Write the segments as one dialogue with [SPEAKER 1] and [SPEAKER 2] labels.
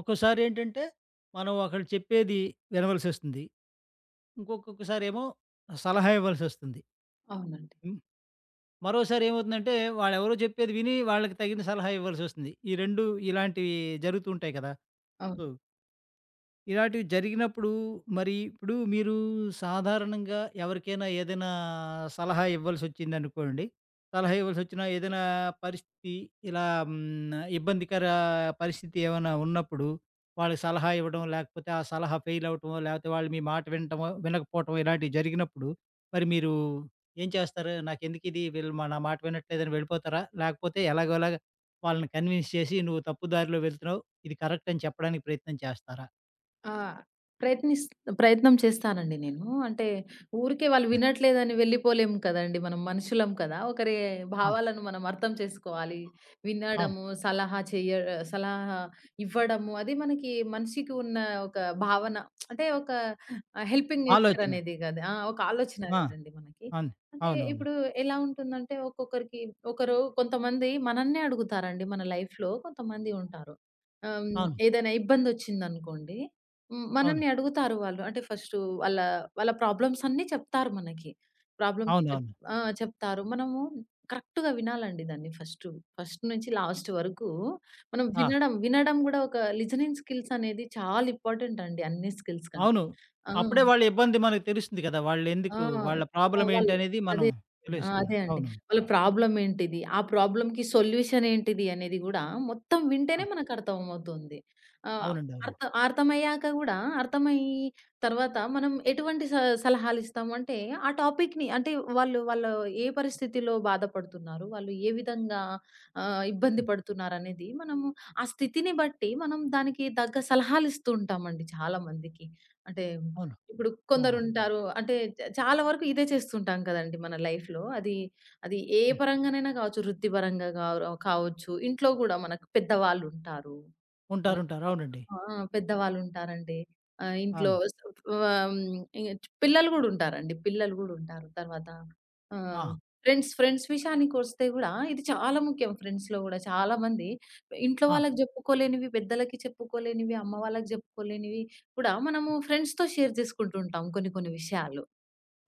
[SPEAKER 1] ఒక్కోసారి ఏంటంటే, మనం ఒకళ్ళు చెప్పేది వినవలసొస్తుంది. ఇంకొక్కొక్కసారేమో సలహా ఇవ్వాల్సొస్తుంది.
[SPEAKER 2] అవునండి.
[SPEAKER 1] హ్మ్. మరోసారి ఏమవుతుందంటే, వాళ్ళెవరో చెప్పేది విని వాళ్ళకి తగిన సలహా ఇవ్వాల్సొస్తుంది. ఈ 2 ఇలాంటివి జరుగుతూ ఉంటాయి కదా!
[SPEAKER 2] అవును.
[SPEAKER 1] సో ఇలాంటివి జరిగినప్పుడు మరి ఇప్పుడు మీరు సాధారణంగా ఎవరికైనా ఏదైనా సలహా ఇవ్వాల్సొచ్చిందనుకోండి. సలహా ఇవ్వాల్సొచ్చిన ఏదైనా పరిస్థితి ఇలా హ్మ్, ఇబ్బందికర పరిస్థితి ఏమైనా ఉన్నప్పుడు, వాళ్ళకి సలహా ఇవ్వడం, లేకపోతే ఆ సలహా ఫెయిల్ అవ్వటమో, లేకపోతే వాళ్ళు మీ మాట వినటమో, వినకపోవటమో ఇలాంటివి జరిగినప్పుడు, మరి మీరు ఏం చేస్తారు? నాకెందుకిది వీళ్ళు నా మాట వినట్లేదని వెళ్ళిపోతారా? లేకపోతే ఎలాగోలాగా వాళ్ళని కన్విన్స్ చేసి, "నువ్వు తప్పు దారిలో వెళ్తున్నావు. ఇది కరెక్ట్" అని చెప్పడానికి ప్రయత్నం చేస్తారా?
[SPEAKER 2] ఆ! ప్రయత్నిస్ ప్రయత్నం చేస్తానండి నేను. అంటే ఊరికే వాళ్ళు వినట్లేదని వెళ్ళిపోలేము కదండీ! మనం మనుషులం కదా! ఒకరి భావాలను మనం అర్థం చేసుకోవాలి.
[SPEAKER 1] అవును.
[SPEAKER 2] వినడము, సలహా ఇవ్వడము అది మనకి మనిషికి ఉన్న ఒక భావన అంటే ఒక హెల్పింగ్ నేచర్
[SPEAKER 1] ఆలోచన.
[SPEAKER 2] అనేది కదా! ఆ! ఒక ఆలోచన
[SPEAKER 1] ఆ!
[SPEAKER 2] కదండీ మనకి.
[SPEAKER 1] అవును.
[SPEAKER 2] అంటే
[SPEAKER 1] అవునవును.
[SPEAKER 2] ఇప్పుడు ఎలా ఉంటుందంటే ఒక్కొక్కరికి ఒకరు కొంతమంది మనన్నే అడుగుతారండి మన లైఫ్‌లో కొంతమంది ఉంటారు. ఆహ్,
[SPEAKER 1] అవును.
[SPEAKER 2] ఏదైనా ఇబ్బందొచ్చిందనుకోండి. హ్మ్.
[SPEAKER 1] అవును.
[SPEAKER 2] మనల్ని అడుగుతారు వాళ్ళు. అంటే ఫస్టు వాళ్ళ ప్రాబ్లమ్స్ అన్నీ చెప్తారు మనకి. ప్రాబ్లమ్స్ చెప్
[SPEAKER 1] అవునవును.
[SPEAKER 2] ఆ! చెప్తారు. మనము కరెక్ట్‌గా వినాలండి దాన్ని ఫస్టు. ఫస్ట్ నుంచి లాస్ట్ వరకు మనం
[SPEAKER 1] ఆ!
[SPEAKER 2] వినడం, వినడం గూడా ఒక లిజనింగ్ స్కిల్స్ అనేది చాలా ఇంపార్టెంట్ అండి అన్ని స్కిల్స్ కంటే.
[SPEAKER 1] అవును.
[SPEAKER 2] ఆ!
[SPEAKER 1] అప్పుడే వాళ్ళ ఇబ్బంది మనకు తెలుస్తుంది కదా!
[SPEAKER 2] ఆ!
[SPEAKER 1] వాళ్ళెందుకు వాళ్ళ
[SPEAKER 2] ఆ!
[SPEAKER 1] ప్రాబ్లమ్ ఏంటనేది మనం
[SPEAKER 2] అదే. ఆ!
[SPEAKER 1] తెలుస్తుంది.
[SPEAKER 2] అదే అండి.
[SPEAKER 1] అవును.
[SPEAKER 2] వాళ్ళ ప్రాబ్లమ్ ఏంటిది? ఆ ప్రాబ్లమ్‌కి సొల్యూషన్ ఏంటిది? అనేది గూడా మొత్తం
[SPEAKER 1] ఆ!
[SPEAKER 2] వింటేనే మనకర్థమవుతుంది. ఆహ్,
[SPEAKER 1] అవునండి.
[SPEAKER 2] అర్థ
[SPEAKER 1] అవునండి.
[SPEAKER 2] అర్థమయ్యాక గూడా అర్థమయ్యి తర్వాత మనం ఎటువంటి సలహాలిస్తాము అంటే, ఆ టాపిక్‌ని అంటే వాళ్ళు వాళ్ళు ఏ పరిస్థితిలో బాధపడుతున్నారు? వాళ్ళు ఏ విధంగా ఇబ్బంది
[SPEAKER 1] హ్మ్.
[SPEAKER 2] పడుతున్నారనేది మనము ఆ స్థితిని బట్టి మనం దానికి తగ్గ సలహాలిస్తూ ఉంటామండి చాలా మందికి. అంటే
[SPEAKER 1] అవును.
[SPEAKER 2] ఇప్పుడు
[SPEAKER 1] ఆ!
[SPEAKER 2] కొందరుంటారు. అంటే చాలా వరకు ఇదే చేస్తుంటాం కదండీ మన లైఫ్‌లో. అది అది ఏ
[SPEAKER 1] హ్మ్.
[SPEAKER 2] పరంగానైనా కావచ్చు. వృత్తిపరంగా కావచ్చు. ఇంట్లో గూడా మనకు పెద్దవాళ్ళుంటారు. ఆ!
[SPEAKER 1] ఉంటారు. ఉంటారు. అవునండి.
[SPEAKER 2] ఆ! పెద్దవాళ్ళుంటారండి. ఆహ్, ఇంట్లో
[SPEAKER 1] అవును.
[SPEAKER 2] స్ ఆహ్, హ్మ్. పిల్లలు గూడా ఉంటారండి. పిల్లలు గూడా ఉంటారు. తర్వాత ఆహ్,
[SPEAKER 1] ఆ!
[SPEAKER 2] ఫ్రెండ్స్ ఫ్రెండ్స్ విషయానికొస్తే గూడా ఇది చాలా ముఖ్యం ఫ్రెండ్స్‌లో గూడా. చాలా మంది ఇంట్లో
[SPEAKER 1] ఆ!
[SPEAKER 2] వాళ్ళకి జెప్పుకోలేనివి, పెద్దలకి చెప్పుకోలేనివి, అమ్మ వాళ్ళకి జెప్పుకోలేనివి కూడా మనము ఫ్రెండ్స్‌తో షేర్ జేసుకుంటూ ఉంటాం కొన్ని కొన్ని విషయాలు.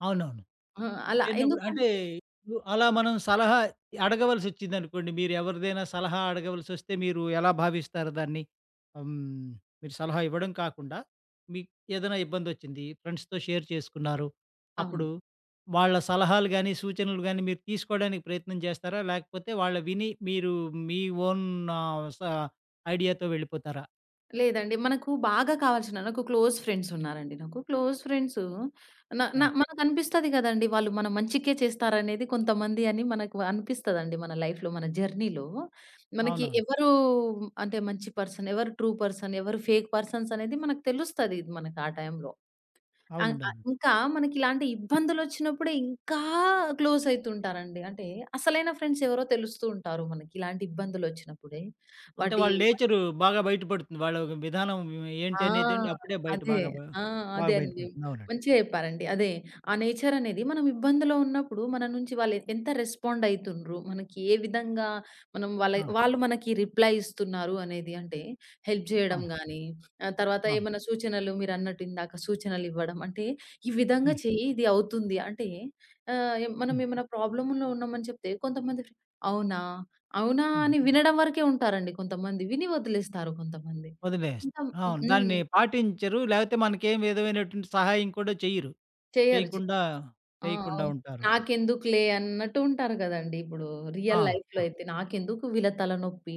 [SPEAKER 1] అవునవును.
[SPEAKER 2] ఆ! అలా
[SPEAKER 1] చేరినప్పుడు అంటే
[SPEAKER 2] ఎందుకంటే
[SPEAKER 1] ఇప్పుడు అలా మనం సలహా అడగవలసొచ్చిందనుకోండి, మీరు ఎవరిదైనా సలహా అడగవలసొస్తే మీరు ఎలా భావిస్తారు దాన్ని? హ్మ్. మీరు సలహా ఇవ్వడం కాకుండా, మీకు ఏదైనా ఇబ్బందొచ్చింది, ఫ్రెండ్స్‌తో షేర్ చేసుకున్నారు.
[SPEAKER 2] అవును.
[SPEAKER 1] అప్పుడు వాళ్ళ సలహాలు గాని, సూచనలు గాని మీరు తీసుకోవడానికి ప్రయత్నం చేస్తారా? లేకపోతే వాళ్ళు విని మీరు మీ ఓన్ ఆహ్, స ఐడియాతో వెళ్ళిపోతారా?
[SPEAKER 2] లేదండి. మనకు బాగా కావాల్సిన నాకు క్లోజ్ ఫ్రెండ్స్ ఉన్నారండి నాకు. క్లోజ్ ఫ్రెండ్సు న న
[SPEAKER 1] ఆ!
[SPEAKER 2] మనకనిపిస్తది గదండీ! వాళ్ళు మన మంచికే చేస్తారనేది కొంతమంది అని మనకు అనిపిస్తదండి మన లైఫ్‌లో, మన జర్నీలో. మనకి
[SPEAKER 1] అవునవును.
[SPEAKER 2] ఎవరు అంటే మంచి పర్సన్, ఎవరు ట్రూ పర్సన్, ఎవరు ఫేక్ పర్సన్స్ అనేది మనకు తెలుస్తది ఇది మనకు ఆ టైంలో. ఆహ్,
[SPEAKER 1] అవునండి.
[SPEAKER 2] ఆహ్,
[SPEAKER 1] అవును.
[SPEAKER 2] ఇంకా మనకి ఇలాంటి ఇబ్బందులొచ్చినప్పుడే ఇంకా క్లోజ్ అయితుంటారండి. అంటే అసలైన ఫ్రెండ్స్ ఎవరో తెలుస్తూ ఉంటారు మనకి ఇలాంటి ఇబ్బందులొచ్చినప్పుడే.
[SPEAKER 1] అంటే
[SPEAKER 2] వాటి
[SPEAKER 1] వాళ్ళ నేచరు బాగా బయటపడుతుంది. వాళ్ళ ఒక విధానం ఏంటి
[SPEAKER 2] ఆ!
[SPEAKER 1] అనేదేంటి అప్పుడే బయట
[SPEAKER 2] అదే.
[SPEAKER 1] బాగా
[SPEAKER 2] ఆ! అదే
[SPEAKER 1] బాగా
[SPEAKER 2] అండి.
[SPEAKER 1] బయటపడుతుంది. అవునండి.
[SPEAKER 2] మంచిగా చెప్పారండి. అదే. ఆ నేచర్ అనేది మనం ఇబ్బందిలో ఉన్నప్పుడు మన నుంచి వాళ్ళు ఎంత రెస్పాండ్ అయితుండ్రు, మనకి ఏ విధంగా మనం వాళ్ళ
[SPEAKER 1] ఆ!
[SPEAKER 2] వాళ్ళు మనకి రిప్లై ఇస్తున్నారు అనేది అంటే హెల్ప్ చేయడం
[SPEAKER 1] అవును.
[SPEAKER 2] గాని, తర్వాత
[SPEAKER 1] అవును.
[SPEAKER 2] ఏమన్నా సూచనలు మీరన్నట్టు ఇందాక సూచనలు ఇవ్వడం. అంటే ఈ విధంగా
[SPEAKER 1] హ్మ్.
[SPEAKER 2] చెయ్యి ఇది అవుతుంది అంటే ఆహ్, ఎ మనం
[SPEAKER 1] హ్మ్.
[SPEAKER 2] ఏమైనా ప్రాబ్లమ్‌లో ఉన్నామని చెప్తే కొంతమంది అవునా?
[SPEAKER 1] హ్మ్.
[SPEAKER 2] అని వినడం వరకే ఉంటారండి కొంతమంది. విని వదిలేస్తారు కొంతమంది.
[SPEAKER 1] వదిలేస్తారు.
[SPEAKER 2] కొంత
[SPEAKER 1] అవును.
[SPEAKER 2] హ్మ్.
[SPEAKER 1] దాన్ని పాటించరు. లేకపోతే మనకేం విధమైనటువంటి సహాయం కూడా చెయ్యరు.
[SPEAKER 2] చెయ్యరు.
[SPEAKER 1] చేయకుండా
[SPEAKER 2] ఆ!
[SPEAKER 1] చేయకుండా
[SPEAKER 2] అవును.
[SPEAKER 1] ఉంటారు.
[SPEAKER 2] నాకెందుకులే అన్నట్టు ఉంటారు గదండీ! ఇప్పుడు
[SPEAKER 1] ఆ!
[SPEAKER 2] రియల్ లైఫ్‌లో
[SPEAKER 1] ఆ!
[SPEAKER 2] అయితే. నాకెందుకు వీళ్ళ తలనొప్పి,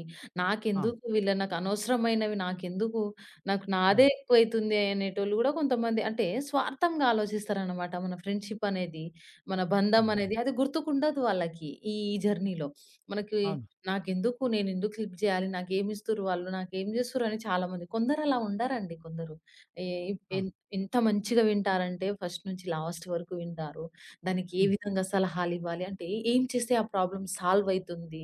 [SPEAKER 1] ఆ!
[SPEAKER 2] నాకెందుకు వీళ్ళ నాకు అనవసరమైనవి నాకెందుకు, నాకు నాదే
[SPEAKER 1] అవును.
[SPEAKER 2] ఎక్కువైతుంది అనేటోళ్ళు గూడా కొంతమంది అంటే స్వార్థంగా ఆలోచిస్తారనమాట. మన ఫ్రెండ్‌షిప్ అనేది, మన బంధం
[SPEAKER 1] హ్మ్.
[SPEAKER 2] అనేది అది గుర్తుకుండదు వాళ్ళకి ఈ జర్నీలో. మనకి
[SPEAKER 1] అవును.
[SPEAKER 2] నాకెందుకు నేనెందుకు హెల్ప్ జేయాలి, నాకేమిస్తుర్రు వాళ్ళు, నాకేం జేస్తుర్రు అని చాలామంది కొందరు అలా ఉండరండి కొందరు. ఏ ఎన్
[SPEAKER 1] అవును.
[SPEAKER 2] ఎంత మంచిగా వింటారంటే ఫస్ట్ నుంచి లాస్ట్ వరకు వింటారు. దానికి ఏ
[SPEAKER 1] హ్మ్.
[SPEAKER 2] విధంగా సలహాలివ్వాలి? అంటే ఏం చేస్తే ఆ ప్రాబ్లమ్ సాల్వ్ అయితుంది?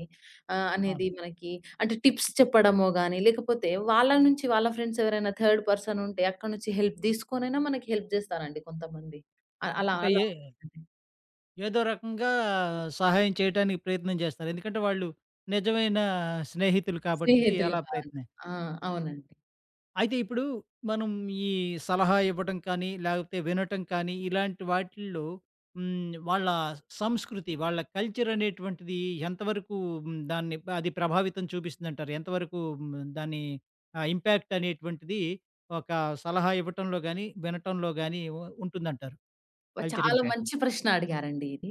[SPEAKER 2] అనేది
[SPEAKER 1] అవును.
[SPEAKER 2] మనకి అంటే టిప్స్ చెప్పడమో గాని, లేకపోతే వాళ్ళ నుంచి వాళ్ళ ఫ్రెండ్స్ ఎవరైనా థర్డ్ పర్సన్ ఉంటే అక్కడి నుంచి హెల్ప్ తీసుకొనైనా మనకి హెల్ప్ చేస్తారండి కొంతమంది. అ అలా
[SPEAKER 1] అంటే
[SPEAKER 2] అలా
[SPEAKER 1] ఏ
[SPEAKER 2] ఉంటుంది.
[SPEAKER 1] ఏదో రకంగా సహాయం చేయటానికి ప్రయత్నం చేస్తారు. ఎందుకంటే వాళ్ళు నిజమైన స్నేహితులు కాబట్టి
[SPEAKER 2] స్నేహితులు
[SPEAKER 1] అలా
[SPEAKER 2] కాదు.
[SPEAKER 1] ప్రయత్నం
[SPEAKER 2] ఆ! అవునండి.
[SPEAKER 1] అయితే ఇప్పుడు మనం ఈ సలహా ఇవ్వటం కానీ, లేకపోతే వినటం కానీ, ఇలాంటి వాటిల్లో హ్మ్. వాళ్ళ సంస్కృతి, వాళ్ళ కల్చర్ అనేటువంటిది ఎంతవరకు హ్మ్. దాన్ని అది ప్రభావితం చూపిస్తుందంటారు? ఎంతవరకు హ్మ్. దాని ఇంపాక్ట్ అనేటువంటిది ఒక సలహా ఇవ్వటంలో గాని, వినటంలో గాని ఉ ఉంటుందంటారు? కల్చర్
[SPEAKER 2] చాలా
[SPEAKER 1] ఇంపాక్ట్.
[SPEAKER 2] మంచి ప్రశ్న అడిగారండి ఇది.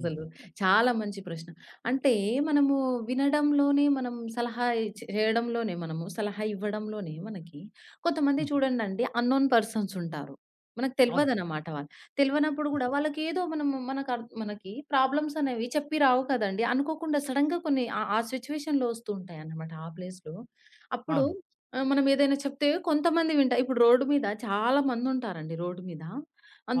[SPEAKER 1] హ్మ్.
[SPEAKER 2] చాలా మంచి ప్రశ్న. అంటే మనము వినడంలోనే మనం సలహా ఇచ్ చేయడంలోనే మనము సలహా ఇవ్వడంలోనే మనకి కొంతమంది
[SPEAKER 1] హ్మ్.
[SPEAKER 2] చూడండండి అన్నోన్ పర్సన్స్ ఉంటారు. మనకు
[SPEAKER 1] అవునండి.
[SPEAKER 2] తెలవదనమాట వాళ్ళు. తెలవనప్పుడు గూడా వాళ్ళకేదో మనము మనకర్ మనకి ప్రాబ్లమ్స్ అనేవి చెప్పి రావు కదండీ. అనుకోకుండా సడెన్‌గా కొన్ని ఆ ఆ సిట్యుయేషన్‌లో వస్తూ ఉంటాయన్నమాట ఆ ప్లేస్‌లో. అప్పుడు
[SPEAKER 1] అవును.
[SPEAKER 2] మనం ఏదైనా చెప్తే కొంతమంది ఇప్పుడు రోడ్డు మీద చాలా మందుంటారండి రోడ్డు మీద.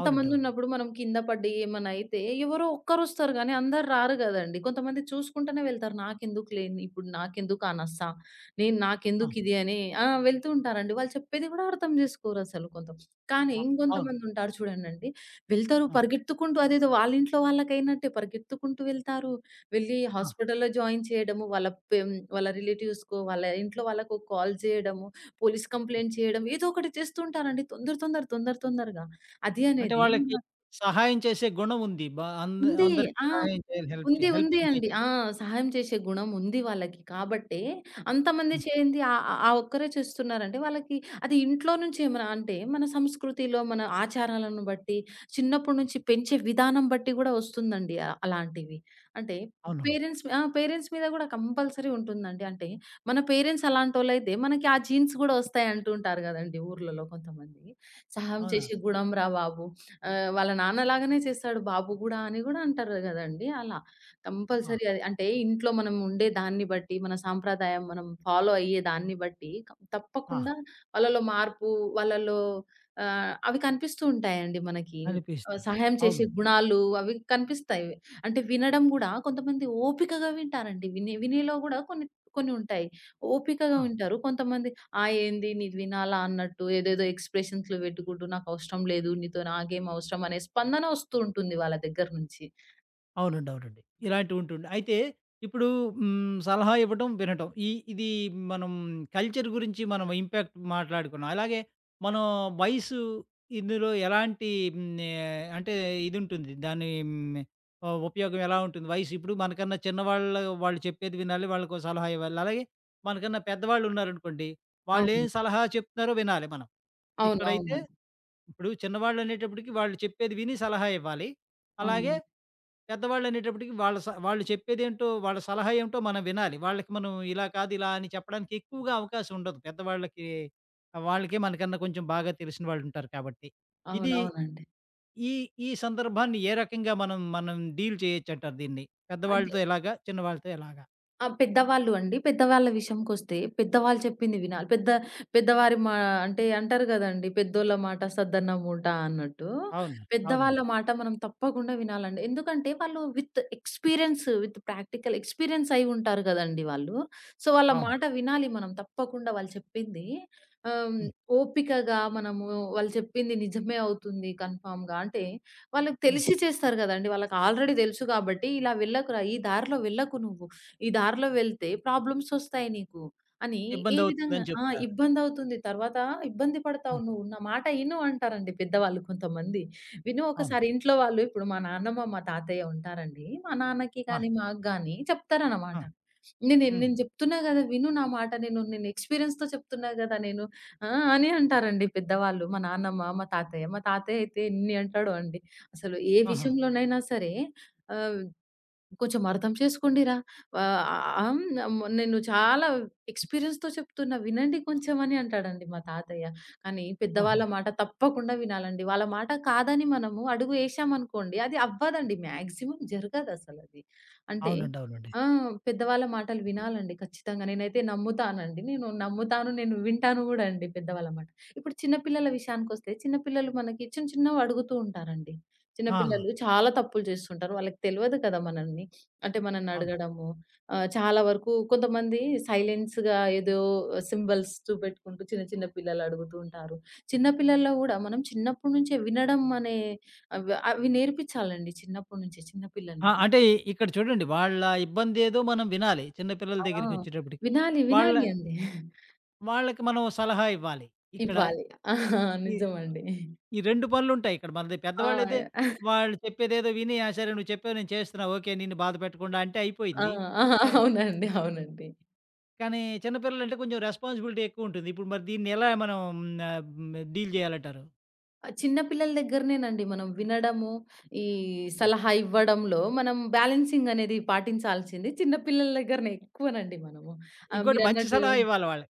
[SPEAKER 1] అవునండి. అవును.
[SPEAKER 2] మనం కింద పడి ఏమన్నా అయితే ఎవరో ఒక్కరొస్తారు గానీ అందరు రారు గదండీ. కొంతమంది చూసుకుంటూనే వెళ్తారు. నాకెందుకులే ఇప్పుడు నాకెందుకు ఆ నస?
[SPEAKER 1] ఆ!
[SPEAKER 2] నాకెందుకిది అని ఆ! వెళ్తూ ఉంటారండి. వాళ్ళు చెప్పేది గూడా అర్థం జేసుకోరసలు కానీ
[SPEAKER 1] అ అవును.
[SPEAKER 2] ఇంకొంతమందుంటారు చూడండండి. వెళ్తారు పరిగెత్తుకుంటూ అదేదో వాళ్ళింట్లో వాళ్ళకైనట్టే పరిగెత్తుకుంటూ వెళ్తారు. వెళ్ళి
[SPEAKER 1] ఆ! ఆ!
[SPEAKER 2] హాస్పిటల్‌లో జాయిన్ చేయడము, పెం వాళ్ళ రిలేటివ్స్‌కో, వాళ్ళ ఇంట్లో వాళ్ళకో కాల్ జేయడము, పోలీస్ కంప్లెయింట్ చేయడం ఏదో ఒకటి చేస్తూ ఉంటారండి. తొందర తొందర తొందర తొందరగా. అది
[SPEAKER 1] అంటే
[SPEAKER 2] అనేది.
[SPEAKER 1] వాళ్ళకి సహాయం చేసే గుణం ఉంది. బ అంద
[SPEAKER 2] ఉంది.
[SPEAKER 1] అందరికి
[SPEAKER 2] ఆ!
[SPEAKER 1] సహాయం చేయాలి. హెల్ప్ చే
[SPEAKER 2] ఉంది. ఉంది
[SPEAKER 1] హెల్పింగ్
[SPEAKER 2] అండి.
[SPEAKER 1] నేచర్.
[SPEAKER 2] ఆ! సహాయం చేసే గుణం ఉంది వాళ్ళకి. కాబట్టే అంతమంది
[SPEAKER 1] హ్మ్.
[SPEAKER 2] చేయంది ఆహ్, ఆహ్, ఆ ఒక్కరే చేస్తున్నారంటే వాళ్ళకి అది ఇంట్లో నుంచి ఏమైనా అంటే మన సంస్కృతిలో మన ఆచారాలను బట్టి, చిన్నప్పటి నుంచి పెంచే విధానం బట్టి గూడా వస్తుందండి అలాంటివి. అంటే
[SPEAKER 1] అవును.
[SPEAKER 2] పేరెంట్స్ ఆ! పేరెంట్స్ మీద గూడా కంపల్సరీ ఉంటుందండి. అంటే మన పేరెంట్స్ అలాంటోళ్ళైతే మనకి ఆ జీన్స్ గూడా వస్తాయి అంటూ ఉంటారు గదండీ ఊర్లలో కొంతమంది. సహాయం
[SPEAKER 1] అవునా!
[SPEAKER 2] చేసే గుణం రా బాబు! వాళ్ళ నాన్నలాగానే చేస్తాడు బాబు గూడా అని గూడా అంటారు గదండీ! అలా.
[SPEAKER 1] ఆ!
[SPEAKER 2] కంపల్సరీ అది అంటే ఇంట్లో మనం ఉండే దాన్ని బట్టి, మన సాంప్రదాయం మనం ఫాలో అయ్యే దాన్ని బట్టి
[SPEAKER 1] ఆ!
[SPEAKER 2] తప్పకుండా వాళ్ళలో మార్పు, వాళ్ళలో అవి కనిపిస్తూ ఉంటాయండి మనకి.
[SPEAKER 1] అనిపిస్తాడు.
[SPEAKER 2] సహాయం
[SPEAKER 1] అవును.
[SPEAKER 2] చేసే గుణాలు అవి కనిపిస్తాయి. అంటే వినడం గూడా కొంతమంది ఓపికగా వింటారండి. వినేలో గూడా కొన్ని కొన్ని ఉంటాయి. ఓపికగా
[SPEAKER 1] ఆ!
[SPEAKER 2] వింటారు. కొంతమంది ఆ! ఏంది నీది వినాలా అన్నట్టు ఏదేదో ఎక్స్‌ప్రెషన్స్‌లు పెట్టుకుంటూ నాకవసరం లేదు. నీతో నాకేం అవసరం అనే స్పందన వస్తూ ఉంటుంది వాళ్ళ దగ్గర నుంచి.
[SPEAKER 1] అవునండి. అవునండి. ఇలాంటివి ఉంటుంది. అయితే ఇప్పుడు హ్మ్. సలహా ఇవ్వటం, వినటం. ఈ ఇది మనం కల్చర్ గురించి మనం ఇంపాక్ట్ మాట్లాడుకున్నాం. అలాగే మనం వయసు ఇందులో ఎలాంటి హ్మ్. అంటే ఇదుంటుంది. దాని హ్మ్. ఉపయోగం ఎలా ఉంటుంది? వయసు ఇప్పుడు మనకన్నా చిన్నవాళ్ళు వాళ్ళు చెప్పేది వినాలి. వాళ్ళకో సలహా ఇవ్వాలి. అలాగే మనకన్నా పెద్దవాళ్ళు ఉన్నారనుకోండి. వాళ్ళేం
[SPEAKER 2] అవును.
[SPEAKER 1] సలహా చెప్తున్నారో వినాలి మనం.
[SPEAKER 2] అవును.
[SPEAKER 1] ఇక్కడైతే
[SPEAKER 2] అవునండి.
[SPEAKER 1] ఇప్పుడు చిన్నవాళ్ళనేటప్పటికి వాళ్ళు చెప్పేది విని సలహా ఇవ్వాలి. అలాగే
[SPEAKER 2] అవును.
[SPEAKER 1] పెద్దవాళ్ళనేటప్పటికి వాళ్ళ వాళ్ళు చెప్పేదేంటో, వాళ్ళ సలహా ఏమిటో మనం వినాలి. వాళ్ళకి మనం ఇలా కాదు, ఇలా అని చెప్పడానికి ఎక్కువగా అవకాశం ఉండదు. పెద్దవాళ్ళకి వాళ్ళకే మనకన్నా కొంచెం బాగా తెలిసిన వాళ్ళుంటారు కాబట్టి. ఇది
[SPEAKER 2] అవునవునండి.
[SPEAKER 1] ఈ ఈ సందర్భాన్ని ఏ రకంగా మనం మనం డీల్ చేయొచ్చంటారు దీన్ని?
[SPEAKER 2] అంటే
[SPEAKER 1] పెద్దవాళ్ళతో ఎలాగా? చిన్నవాళ్ళతో ఎలాగా?
[SPEAKER 2] ఆ! పెద్దవాళ్ళు అండి. పెద్దవాళ్ళ విషయంకొస్తే పెద్దవాళ్ళు చెప్పింది వినాలి. పెద్ద పెద్దవారి మా అంటే అంటారు గదండీ! పెద్దోళ్ళ మాట సద్దన్న మూట అన్నట్టు.
[SPEAKER 1] అవును.
[SPEAKER 2] పెద్దవాళ్ళ
[SPEAKER 1] అవునండి.
[SPEAKER 2] మాట మనం తప్పకుండా వినాలండి. ఎందుకంటే వాళ్ళు with experience with practical experience అయి ఉంటారు గదండీ వాళ్ళు. సో, వాళ్ళ
[SPEAKER 1] అవును.
[SPEAKER 2] మాట వినాలి మనం తప్పకుండా వాళ్ళు చెప్పింది. ఆహ్,
[SPEAKER 1] హ్మ్.
[SPEAKER 2] ఓపికగా మనము వాళ్ళు చెప్పింది నిజమే అవుతుంది కన్ఫర్మ్‌గా అంటే వాళ్ళకి
[SPEAKER 1] హ్మ్.
[SPEAKER 2] తెలిసి చేస్తారు గదండీ! వాళ్ళకి ఆల్రెడీ తెలుసు కాబట్టి ఇలా వెళ్ళకురా! ఈ దారిలో వెళ్ళకు నువ్వు. ఈ దారిలో వెళ్తే ప్రాబ్లమ్సొస్తాయి నీకు అని ఏ విధంగా
[SPEAKER 1] ఇబ్బందవుతుందని
[SPEAKER 2] ఆ!
[SPEAKER 1] చెప్తారు.
[SPEAKER 2] ఇబ్బందవుతుంది. తర్వాత ఇబ్బంది పడతావు
[SPEAKER 1] హ్మ్.
[SPEAKER 2] నువ్వు. నా మాట ఇను అంటారండి పెద్దవాళ్ళు కొంతమంది. విను
[SPEAKER 1] అవును.
[SPEAKER 2] ఒకసారి ఇంట్లో వాళ్ళు ఇప్పుడు మా నాన్నమ్మ, మా తాతయ్య ఉంటారండి. మా నాన్నకి
[SPEAKER 1] ఆ!
[SPEAKER 2] కానీ, మాకు గానీ
[SPEAKER 1] ఆ!
[SPEAKER 2] చెప్తారనమాట. "నేను
[SPEAKER 1] హ్మ్.
[SPEAKER 2] నేను చెప్తున్నా గదా! విను నా మాట. నేను నేను ఎక్స్‌పీరియన్స్‌తో చెప్తున్నా గదా! నేను. ఆ! అని అంటారండి పెద్దవాళ్ళు. మా నాన్నమ్మ, మా తాతయ్య. మా తాతయ్య అయితే ఎన్ని అంటాడో అండి. అసలు ఏ
[SPEAKER 1] ఆహా!
[SPEAKER 2] విషయంలోనైనా సరే ఆహ్, కొంచెం అర్థం చేసుకోండిరా. ఆహ్, ఆహ్, హ్మ్. నేను చాలా ఎక్స్‌పీరియన్స్‌తో చెప్తున్నా వినండి కొంచెం అని అంటాడండి మా తాతయ్య. కానీ
[SPEAKER 1] ఓహో!
[SPEAKER 2] పెద్దవాళ్ళ మాట తప్పకుండా వినాలండి. వాళ్ళ మాట కాదని మనము అడుగు ఏశామనుకోండి అది అవ్వదండి. మాక్సిమం జరగదసలది. అంటే
[SPEAKER 1] అవునండి. అవునండి.
[SPEAKER 2] ఆ! పెద్దవాళ్ళ మాటలు వినాలండి ఖచ్చితంగా. నేనైతే నమ్ముతానండి. నేను నమ్ముతాను. నేను వింటాను గూడా అండి పెద్దవాళ్ళ మాట. ఇప్పుడు చిన్న పిల్లల విషయానికొస్తే చిన్న పిల్లలు మనకి చిన్న చిన్నవి అడుగుతూ ఉంటారండి. చిన్న
[SPEAKER 1] ఆ!
[SPEAKER 2] పిల్లలు చాలా తప్పులు చేస్తుంటారు. వాళ్ళకి తెలవదు కదా మనల్ని. అంటే మనల్ని
[SPEAKER 1] అవును.
[SPEAKER 2] అడగడము చాలా వరకు కొంతమంది సైలెన్స్‌గా ఏదో సింబల్స్ చూపెట్టుకుంటూ చిన్న చిన్న పిల్లలు అడుగుతూ ఉంటారు. చిన్న పిల్లల్లో గూడా మనం చిన్నప్పటి నుంచే వినడం అనే అవి అవి నేర్పించాలండి చిన్నప్పటి నుంచి చిన్న
[SPEAKER 1] ఆ!
[SPEAKER 2] పిల్లల్ని.
[SPEAKER 1] అంటే ఇక్కడ చూడండి వాళ్ళ ఇబ్బందేదో మనం వినాలి. చిన్న పిల్లల
[SPEAKER 2] ఆ!
[SPEAKER 1] దగ్గరికొచ్చేటప్పటికి.
[SPEAKER 2] వినాలి.
[SPEAKER 1] వాళ్ళ
[SPEAKER 2] వినాలి అండి.
[SPEAKER 1] వాళ్ళకి మనం సలహా ఇవ్వాలి. ఇక్కడ
[SPEAKER 2] ఇవ్వాలి. ఆ!
[SPEAKER 1] ఈ
[SPEAKER 2] నిజమండి.
[SPEAKER 1] ఈ 2 పనులుంటాయి ఇక్కడ మనది. పెద్దవాళ్ళైతే
[SPEAKER 2] ఆ!
[SPEAKER 1] వాళ్ళు చెప్పేదేదో విని, "ఆ! సరే నువ్వు చెప్పావు నేను చేస్తున్నా. ఓకే. నిన్ను బాధ పెట్టకుండా" అంటే
[SPEAKER 2] ఆ!
[SPEAKER 1] అయిపోయింది.
[SPEAKER 2] ఆ!
[SPEAKER 1] కా
[SPEAKER 2] అవునండి. అవునండి.
[SPEAKER 1] కానీ చిన్న పిల్లలంటే కొంచెం రెస్పాన్సిబిలిటీ ఎక్కువుంటుంది. ఇప్పుడు మరి దీన్ని ఎలా మనం డీల్ చేయాలంటారు?
[SPEAKER 2] ఆ! చిన్న పిల్లల దగ్గరనేనండి మనం వినడము, ఈ
[SPEAKER 1] హ్మ్.
[SPEAKER 2] సలహా ఇవ్వడంలో మనం బ్యాలెన్సింగ్ అనేది పాటించాల్సింది చిన్న పిల్లల దగ్గరనే ఎక్కువనండి మనము.
[SPEAKER 1] ఇంకోటి మంచి
[SPEAKER 2] మీరన్నట్టు
[SPEAKER 1] సలహా ఇవ్వాలి వాళ్ళకి.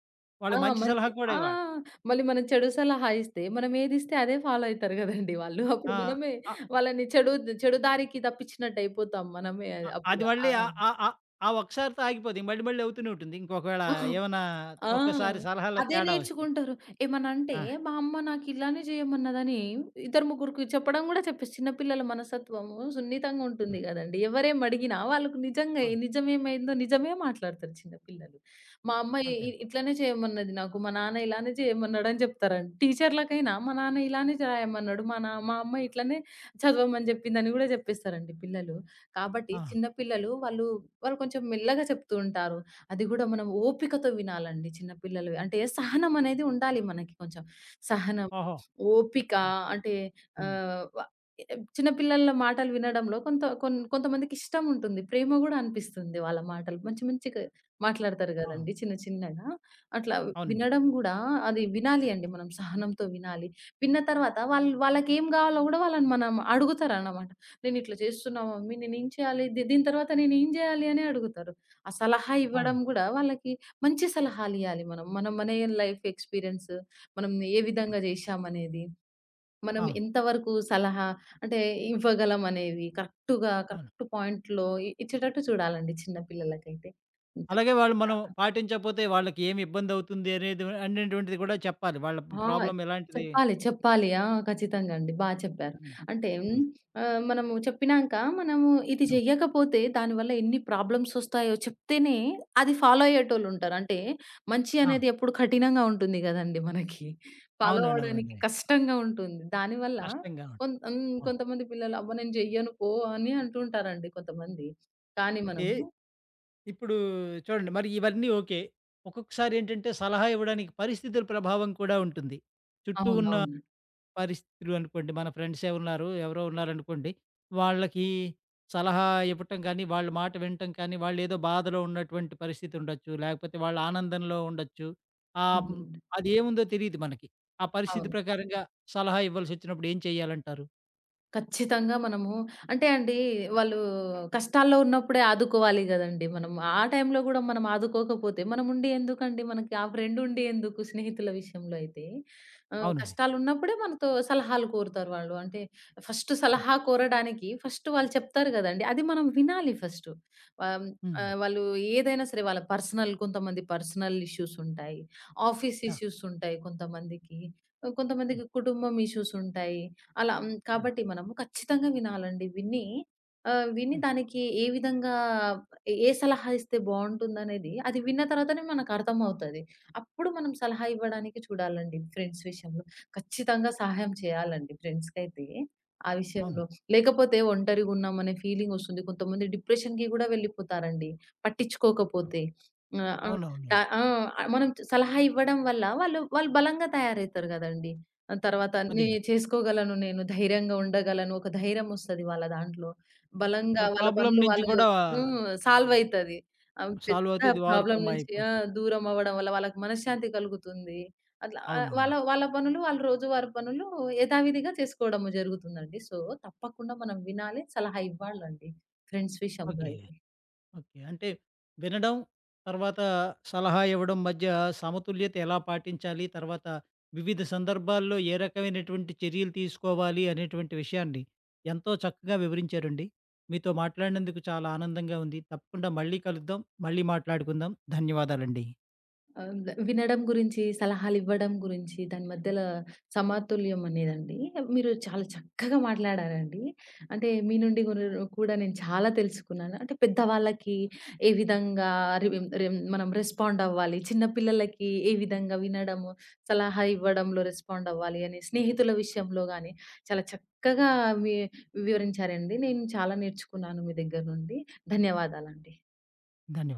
[SPEAKER 2] ఆ!
[SPEAKER 1] వాళ్ళకి మంచి
[SPEAKER 2] మంచి
[SPEAKER 1] సలహా కూడా
[SPEAKER 2] ఆ!
[SPEAKER 1] ఇవ్వాలి.
[SPEAKER 2] మళ్ళీ మనం చెడు సలహా ఇస్తే, మనం ఏదిస్తే అదే ఫాలో అయితారు గదండీ వాళ్ళు. అప్పుడు
[SPEAKER 1] ఆ!
[SPEAKER 2] మనమే వాళ్ళని చెడు చెడు దారికి తప్పించినట్టు అయిపోతాం మనమే
[SPEAKER 1] అ! అది
[SPEAKER 2] అప్పుడు.
[SPEAKER 1] మళ్ళీ ఆహ్, ఆహ్, ఆహ్, ఆ ఒక్కసారితో ఆగిపోదు. మళ్ళీ మళ్ళీ అవుతూనే ఉంటుంది. ఇంకొకవేళ
[SPEAKER 2] ఆ!
[SPEAKER 1] ఏమన్నా
[SPEAKER 2] ఆ!
[SPEAKER 1] ఒక్కసారి సలహాలో
[SPEAKER 2] అదే
[SPEAKER 1] తేడా వస్తే.
[SPEAKER 2] నేర్చుకుంటారు. ఏమనంటే,
[SPEAKER 1] ఆ!
[SPEAKER 2] మా అమ్మ నాకు ఇలానే చేయమన్నదని ఇద్దరు ముగ్గురికి చెప్పడం గూడా చెప్పేసి చిన్న పిల్లల మనస్తత్వము సున్నితంగా
[SPEAKER 1] ఆ!
[SPEAKER 2] ఉంటుంది గదండీ. ఎవరేమి అడిగినా వాళ్ళకు నిజంగా
[SPEAKER 1] అవును.
[SPEAKER 2] నిజమేమైందో నిజమే మాట్లాడతారు చిన్న పిల్లలు. మా అమ్మ ఇ ఇ
[SPEAKER 1] అంతేను.
[SPEAKER 2] ఇట్లనే చేయమన్నది నాకు. మా నాన్న ఇలానే చేయమన్నాడని జెప్తారండి. టీచర్‌లకైనా మా నాన్న ఇలానే రాయమన్నాడు. మా అమ్మ ఇట్లనే చదవమని జెప్పిందని గూడా జెప్పేస్తారండి పిల్లలు. కాబట్టి
[SPEAKER 1] ఆ!
[SPEAKER 2] చిన్న పిల్లలు వాళ్ళు, వాళ్ళు కొంచెం మెల్లగా చెప్తూ ఉంటారు. అది గూడా మనం ఓపికతో వినాలండి చిన్న పిల్లలవి. అంటే సహనం అనేది ఉండాలి మనకి కొంచెం. సహనం,
[SPEAKER 1] ఓహో!
[SPEAKER 2] ఓపిక
[SPEAKER 1] హ్మ్.
[SPEAKER 2] అంటే
[SPEAKER 1] హ్మ్.
[SPEAKER 2] ఆహ్, వ చిన్న పిల్లల మాటలు వినడంలో కొంత కొంతమందికి ఇష్టం ఉంటుంది. ప్రేమ గూడా అనిపిస్తుంది వాళ్ళ మాటలు. మంచి మంచిగా మాట్లాడతారు
[SPEAKER 1] ఆ!
[SPEAKER 2] గదండీ చిన్న చిన్నగా. అట్లా
[SPEAKER 1] అవునండి.
[SPEAKER 2] వినడం గూడా అది వినాలి అండి మనం సహనంతో వినాలి. విన్న తర్వాత వాళ్ళకేం గావాలో గూడా వాళ్ళని మనం అడుగుతారనమాట. నేనిట్లా చేస్తున్నా మమ్మీ నేనేం చేయాలి? దీని తర్వాత నేనేం జేయాలి? అని అడుగుతారు. ఆ సలహా ఇవ్వడం
[SPEAKER 1] అవును.
[SPEAKER 2] గూడా వాళ్ళకి మంచి సలహాలియ్యాలి మనం. మనం మన లైఫ్ ఎక్స్‌పీరియన్స్ మనం ఏ
[SPEAKER 1] ఆ!
[SPEAKER 2] విధంగా జేశామనేది, మనం
[SPEAKER 1] ఆ!
[SPEAKER 2] ఎంతవరకు సలహా అంటే ఇవ్వగలం అనేది కరెక్ట్‌గా
[SPEAKER 1] అవును.
[SPEAKER 2] కరెక్ట్ పాయింట్‌లో ఇచ్చేటట్టు చూడాలండి చిన్న పిల్లలకైతే.
[SPEAKER 1] అలాగే వాళ్ళు
[SPEAKER 2] తప్పకుండా.
[SPEAKER 1] మనం పాటించకపోతే వాళ్ళకి ఏమి ఇబ్బందవుతుంది అనేది అనేటువంటిది కూడా చెప్పాలి. వాళ్ళ
[SPEAKER 2] ఆ!
[SPEAKER 1] ప్రాబ్లమ్ ఎలాంటిది
[SPEAKER 2] చెప్పాలి. చెప్పాలి. ఆ! ఖచ్చితంగా అండి. చెప్పారు.
[SPEAKER 1] హ్మ్.
[SPEAKER 2] అంటే మనము చెప్పినాంక మనము ఇది
[SPEAKER 1] హ్మ్.
[SPEAKER 2] చెయ్యకపోతే దానివల్ల ఎన్ని ప్రాబ్లమ్స్ వస్తాయో చెప్తేనే అది ఫాలో అయ్యేటోళ్ళుంటారు. అంటే మంచి
[SPEAKER 1] ఆ!
[SPEAKER 2] అనేది ఎప్పుడు కఠినంగా ఉంటుంది గదండీ మనకి. ఫాలో
[SPEAKER 1] అవునండి.
[SPEAKER 2] అవ్వడానికి
[SPEAKER 1] అవునండి.
[SPEAKER 2] కష్టంగా ఉంటుంది. దానివల్ల
[SPEAKER 1] కష్టంగా ఉంటుంది.
[SPEAKER 2] హ్మ్.
[SPEAKER 1] అవును.
[SPEAKER 2] కొంతమంది పిల్లలు అబ్బా! నేను చెయ్యను పో అని అంటుంటారండి కొంతమంది. కానీ
[SPEAKER 1] అయితే
[SPEAKER 2] మనము
[SPEAKER 1] ఇప్పుడు చూడండి మరి ఇవన్నీ ఓకే. ఒక్కొక్కసారి ఏంటంటే సలహా ఇవ్వడానికి పరిస్థితుల ప్రభావం కూడా ఉంటుంది. చుట్టూ ఉన్న
[SPEAKER 2] అవునవును.
[SPEAKER 1] పరిస్థితులు అనుకోండి మన ఫ్రెండ్సే ఉన్నారు, ఎవరో ఉన్నారనుకోండి. వాళ్ళకి సలహా ఇవ్వటం కానీ, వాళ్ళ మాట వినటం కానీ, వాళ్ళేదో బాధలో ఉన్నటువంటి పరిస్థితి ఉండొచ్చు. లేకపోతే వాళ్ళు ఆనందంలో ఉండొచ్చు. ఆహ్, హ్మ్,
[SPEAKER 2] హ్మ్.
[SPEAKER 1] అది ఏముందో తెలీదు మనకి. ఆ పరిస్థితి
[SPEAKER 2] అవును.
[SPEAKER 1] ప్రకారంగా సలహా ఇవ్వాల్సొచ్చినప్పుడు ఏం చేయాలంటారు?
[SPEAKER 2] ఖచ్చితంగా మనము అంటే అండి, వాళ్ళు కష్టాల్లో ఉన్నప్పుడే ఆదుకోవాలి గదండీ మనం. ఆ టైంలో గూడా మనం ఆదుకోకపోతే మనముండి ఎందుకండి మనకి ఆ ఫ్రెండ్ ఉండి ఎందుకు స్నేహితుల విషయంలో అయితే.
[SPEAKER 1] అవునండి.
[SPEAKER 2] కష్టాలున్నప్పుడే మనతో సలహాలు కోరుతారు వాళ్ళు. అంటే ఫస్ట్
[SPEAKER 1] హ్మ్.
[SPEAKER 2] సలహా కోరడానికి ఫస్ట్ వాళ్ళు చెప్తారు గదండీ! అది మనం వినాలి ఫస్టు. ఆహ్,
[SPEAKER 1] హ్మ్.
[SPEAKER 2] ఆహ్, వాళ్ళు ఏదైనా సరే వాళ్ళ పర్సనల్ కొంతమంది పర్సనల్ ఇష్యూస్ ఉంటాయి. ఆఫీస్
[SPEAKER 1] ఆ!
[SPEAKER 2] ఇష్యూస్ ఉంటాయి కొంతమందికి.
[SPEAKER 1] హ్మ్.
[SPEAKER 2] కొంతమందికి కుటుంబం ఇష్యూస్ ఉంటాయి. అలా హ్మ్.
[SPEAKER 1] అవును.
[SPEAKER 2] కాబట్టి మనము ఖచ్చితంగా వినాలండి. విని
[SPEAKER 1] హ్మ్.
[SPEAKER 2] దానికి ఏ విధంగా ఏ ఏ సలహా ఇస్తే బావుంటుందనేది అది విన్న తర్వాతనే మనకర్థమవుతది. అప్పుడు మనం సలహా ఇవ్వడానికి చూడాలండి ఫ్రెండ్స్ విషయంలో. ఖచ్చితంగా సహాయం చేయాలండి ఫ్రెండ్స్‌కైతే ఆ
[SPEAKER 1] అవును.
[SPEAKER 2] విషయంలో. లేకపోతే ఒంటరిగున్నామనే ఫీలింగొస్తుంది. కొంతమంది డిప్రెషన్‌కి గూడా వెళ్ళిపోతారండి పట్టించుకోకపోతే. ఆహ్, ఆ! ట
[SPEAKER 1] అవునవునండి.
[SPEAKER 2] ఆ! మనం సలహా ఇవ్వడం వల్ల వాళ్ళు వాళ్ళు బలంగా తయారవుతారు గదండీ! ఆ తర్వాత అన్నీ
[SPEAKER 1] అదే.
[SPEAKER 2] చేసుకోగలను నేను. ధైర్యంగా ఉండగలను. ఒక ధైర్యం ఒస్తది వాళ్ళ దాంట్లో. బలంగా
[SPEAKER 1] వాళ్ళ
[SPEAKER 2] వాళ్ళ
[SPEAKER 1] ప్రాబ్లమ్
[SPEAKER 2] పనులు
[SPEAKER 1] నుంచి
[SPEAKER 2] వాళ్ళు
[SPEAKER 1] కూడా
[SPEAKER 2] హ్మ్. సాల్వ్ అయితది. ఆహ్, పెద్ద
[SPEAKER 1] సాల్వ్ అవుతే ఇది
[SPEAKER 2] ప్రాబ్లమ్
[SPEAKER 1] ఓవర్‌కమ్
[SPEAKER 2] నుంచి ఆ!
[SPEAKER 1] అయిపోతారు.
[SPEAKER 2] దూరం అవ్వడం వల్ల వాళ్ళకి మనశ్శాంతి కలుగుతుంది. అట్లా వాళ్ళ
[SPEAKER 1] అవునవును.
[SPEAKER 2] వాళ్ళ పనులు వాళ్ళు రోజువారి పనులు యథావిధిగా చేసుకోవడం జరుగుతుందండి. సో, తప్పకుండా మనం వినాలి, సలహా ఇవ్వాలండి ఫ్రెండ్స్ విషయంలో
[SPEAKER 1] ఓకే.
[SPEAKER 2] అయితే.
[SPEAKER 1] ఓకే. అంటే వినడం, తర్వాత సలహా ఇవ్వడం మధ్య సమతుల్యత ఎలా పాటించాలి? తర్వాత వివిధ సందర్భాల్లో ఏ రకమైనటువంటి చర్యలు తీసుకోవాలి అనేటువంటి విషయాన్ని ఎంతో చక్కగా వివరించారండి. మీతో మాట్లాడినందుకు చాలా ఆనందంగా ఉంది. తప్పకుండా మళ్ళీ కలుద్దాం. మళ్ళీ మాట్లాడుకుందాం. ధన్యవాదాలండి.
[SPEAKER 2] ఆహ్, ద వినడం గురించి, సలహాలివ్వడం గురించి, దాని మధ్యల సమతుల్యం అనేదండి. మీరు చాలా చక్కగా మాట్లాడారండి. అంటే మీ నుండి కూడా నేను చాలా తెలుసుకున్నాను. అంటే పెద్దవాళ్ళకి ఏ విధంగా రివిం రిం మనం రెస్పాండ్ అవ్వాలి, చిన్న పిల్లలకి ఏ విధంగా వినడము, సలహా ఇవ్వడంలో రెస్పాండ్ అవ్వాలి అని, స్నేహితుల విషయంలో గాని చాలా చక్కగా వి వివరించారండి. నేను చాలా నేర్చుకున్నాను మీ దగ్గర నుండి. ధన్యవాదాలండి.
[SPEAKER 1] ధన్యవాదాలు.